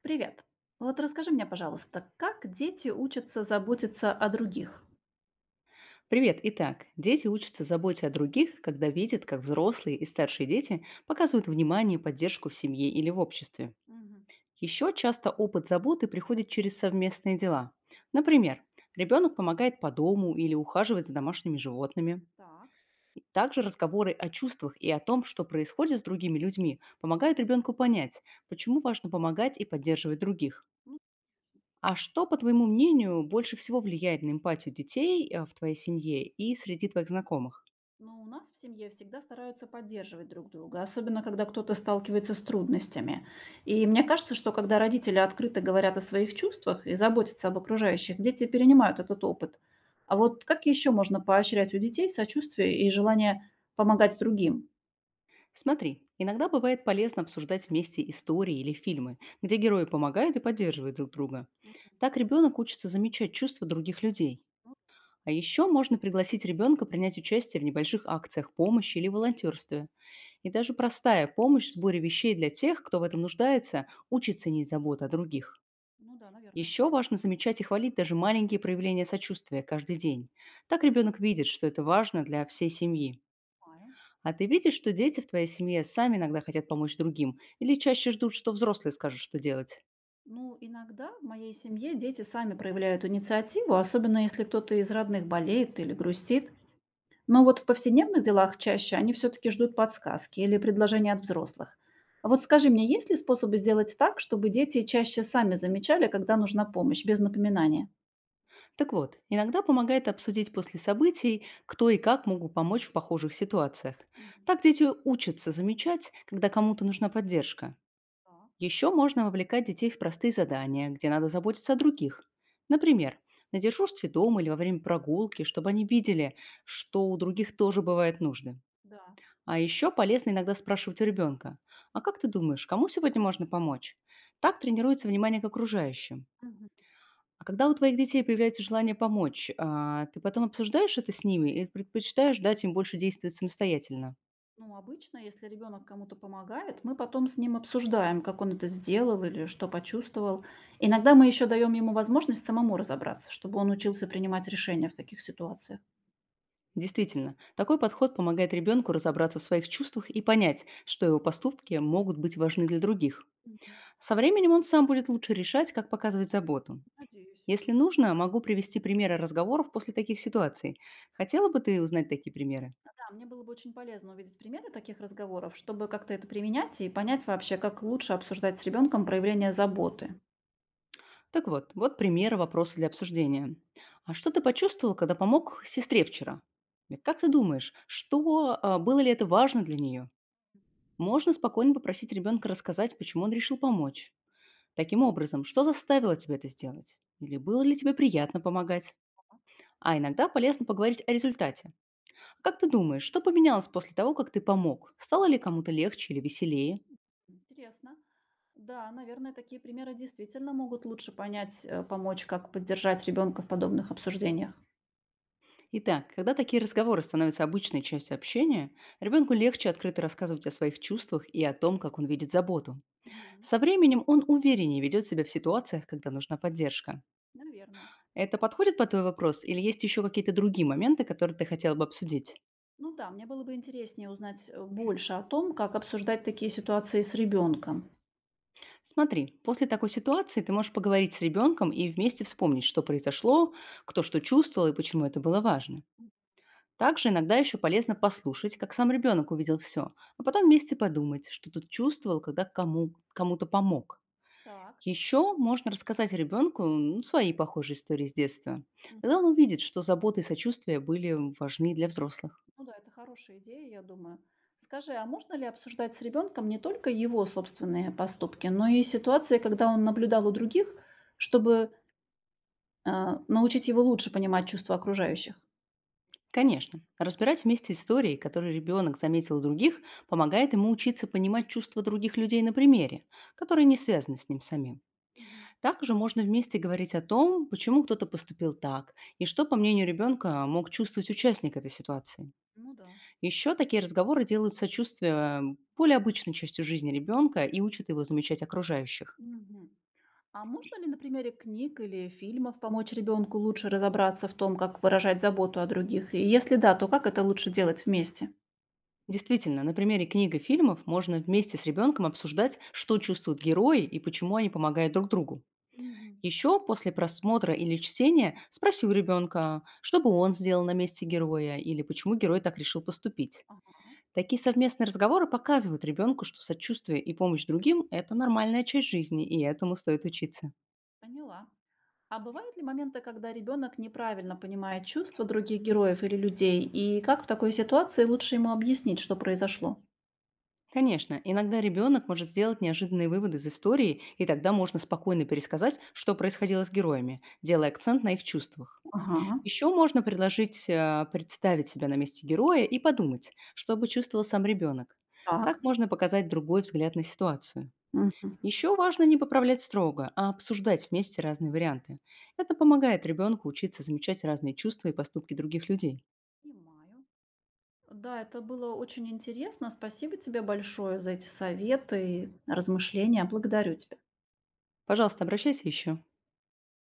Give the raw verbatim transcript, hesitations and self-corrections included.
Привет. Вот расскажи мне, пожалуйста, как дети учатся заботиться о других? Привет! Итак, дети учатся заботе о других, когда видят, как взрослые и старшие дети показывают внимание и поддержку в семье или в обществе. Мгм. Еще часто опыт заботы приходит через совместные дела. Например, ребенок помогает по дому или ухаживает за домашними животными. Так. И Также разговоры о чувствах и о том, что происходит с другими людьми, помогают ребенку понять, почему важно помогать и поддерживать других. Ну, А что, по твоему мнению, больше всего влияет на эмпатию детей э, в твоей семье и среди твоих знакомых? ну, у нас в семье всегда стараются поддерживать друг друга, особенно когда кто-то сталкивается с трудностями. И мне кажется, что когда родители открыто говорят о своих чувствах и заботятся об окружающих, дети перенимают этот опыт. А вот как еще можно поощрять у детей сочувствие и желание помогать другим? Смотри, иногда бывает полезно обсуждать вместе истории или фильмы, где герои помогают и поддерживают друг друга. Мгм. Так ребенок учится замечать чувства других людей. Ну, А еще можно пригласить ребенка принять участие в небольших акциях помощи или волонтерстве. И даже простая помощь в сборе вещей для тех, кто в этом нуждается, учит ценить заботу о других. ну да, наверное. Еще важно замечать и хвалить даже маленькие проявления сочувствия каждый день. Так ребенок видит, что это важно для всей семьи. Понимаю. А ты видишь, что дети в твоей семье сами иногда хотят помочь другим или чаще ждут, что взрослые скажут, что делать? Ну, иногда в моей семье дети сами проявляют инициативу, особенно если кто-то из родных болеет или грустит. Но вот в повседневных делах чаще они все-таки ждут подсказки или предложения от взрослых. А вот скажи мне, есть ли способы сделать так, чтобы дети чаще сами замечали, когда нужна помощь, без напоминания? Так вот, иногда помогает обсудить после событий, кто и как могут помочь в похожих ситуациях. Мгм. Так дети учатся замечать, когда кому-то нужна поддержка. Так, Еще можно вовлекать детей в простые задания, где надо заботиться о других. Например, на дежурстве дома или во время прогулки, чтобы они видели, что у других тоже бывают нужды. А еще полезно иногда спрашивать у ребенка, а как ты думаешь, кому сегодня можно помочь? Так тренируется внимание к окружающим. да. А когда у твоих детей появляется желание помочь, а, ты потом обсуждаешь это с ними или предпочитаешь дать им больше действовать самостоятельно? Ну, обычно, если ребенок кому-то помогает, мы потом с ним обсуждаем, как он это сделал или что почувствовал. Иногда мы еще даем ему возможность самому разобраться, чтобы он учился принимать решения в таких ситуациях. Действительно, такой подход помогает ребенку разобраться в своих чувствах и понять, что его поступки могут быть важны для других. Мгм. Со временем он сам будет лучше решать, как показывать заботу. Надеюсь. Если нужно, могу привести примеры разговоров после таких ситуаций. Хотела бы ты узнать такие примеры? А, да, мне было бы очень полезно увидеть примеры таких разговоров, чтобы как-то это применять и понять вообще, как лучше обсуждать с ребенком проявление заботы. Так вот, вот примеры вопроса для обсуждения. А что ты почувствовал, когда помог сестре вчера? И Как ты думаешь, что а, было ли это важно для нее? Можно спокойно попросить ребенка рассказать, почему он решил помочь. Таким образом, что заставило тебя это сделать? Или было ли тебе приятно помогать? А иногда полезно поговорить о результате. Как ты думаешь, что поменялось после того, как ты помог? Стало ли кому-то легче или веселее? Интересно. Да, наверное, такие примеры действительно могут лучше понять, э, помочь, как поддержать ребенка в подобных обсуждениях. Итак, когда такие разговоры становятся обычной частью общения, ребенку легче открыто рассказывать о своих чувствах и о том, как он видит заботу. Мгм. Со временем он увереннее ведет себя в ситуациях, когда нужна поддержка. Наверное. Это подходит под твой вопрос или есть еще какие-то другие моменты, которые ты хотела бы обсудить? Ну да, мне было бы интереснее узнать э, больше о том, как обсуждать такие ситуации с ребенком. Смотри, после такой ситуации ты можешь поговорить с ребенком и вместе вспомнить, что произошло, кто что чувствовал и почему это было важно. М, Также иногда еще полезно послушать, как сам ребенок увидел все, а потом вместе подумать, что тут чувствовал, когда кому, кому-то помог. так. Еще можно рассказать ребенку ну, свои похожие истории с детства. Тогда Мгм. он увидит, что заботы и сочувствие были важны для взрослых. Ну да, это хорошая идея, я думаю. Скажи, а можно ли обсуждать с ребенком не только его собственные поступки, но и ситуации, когда он наблюдал у других, чтобы а, научить его лучше понимать чувства окружающих? Конечно, разбирать вместе истории, которые ребенок заметил у других, помогает ему учиться понимать чувства других людей на примере, которые не связаны с ним самим. Мгм. Также можно вместе говорить о том, почему кто-то поступил так и что, по мнению ребенка, мог чувствовать участник этой ситуации. Ну да. Еще такие разговоры делают сочувствие м, более обычной частью жизни ребенка и учат его замечать окружающих. Мгм. А можно ли на примере книг или фильмов помочь ребенку лучше разобраться в том, как выражать заботу о других? И если да, то как это лучше делать вместе? Действительно, на примере книг и фильмов можно вместе с ребенком обсуждать, что чувствуют герои и почему они помогают друг другу. Мгм. Еще после просмотра или чтения спроси у ребенка, что бы он сделал на месте героя или почему герой так решил поступить. Ага, Такие совместные разговоры показывают ребенку, что сочувствие и помощь другим– это нормальная часть жизни, и этому стоит учиться. поняла. А бывают ли моменты, когда ребенок неправильно понимает чувства других героев или людей? И как в такой ситуации лучше ему объяснить, что произошло? Конечно, иногда ребенок может сделать неожиданные выводы из истории, и тогда можно спокойно пересказать, что происходило с героями, делая акцент на их чувствах. Ага, Еще можно предложить э, представить себя на месте героя и подумать, что бы чувствовал сам ребенок. Так так. можно показать другой взгляд на ситуацию. Мгм. Еще важно не поправлять строго, а обсуждать вместе разные варианты. Это помогает ребенку учиться замечать разные чувства и поступки других людей. Понимаю. Да, это было очень интересно. Спасибо тебе большое за эти советы и размышления. Благодарю тебя. Пожалуйста, обращайся еще.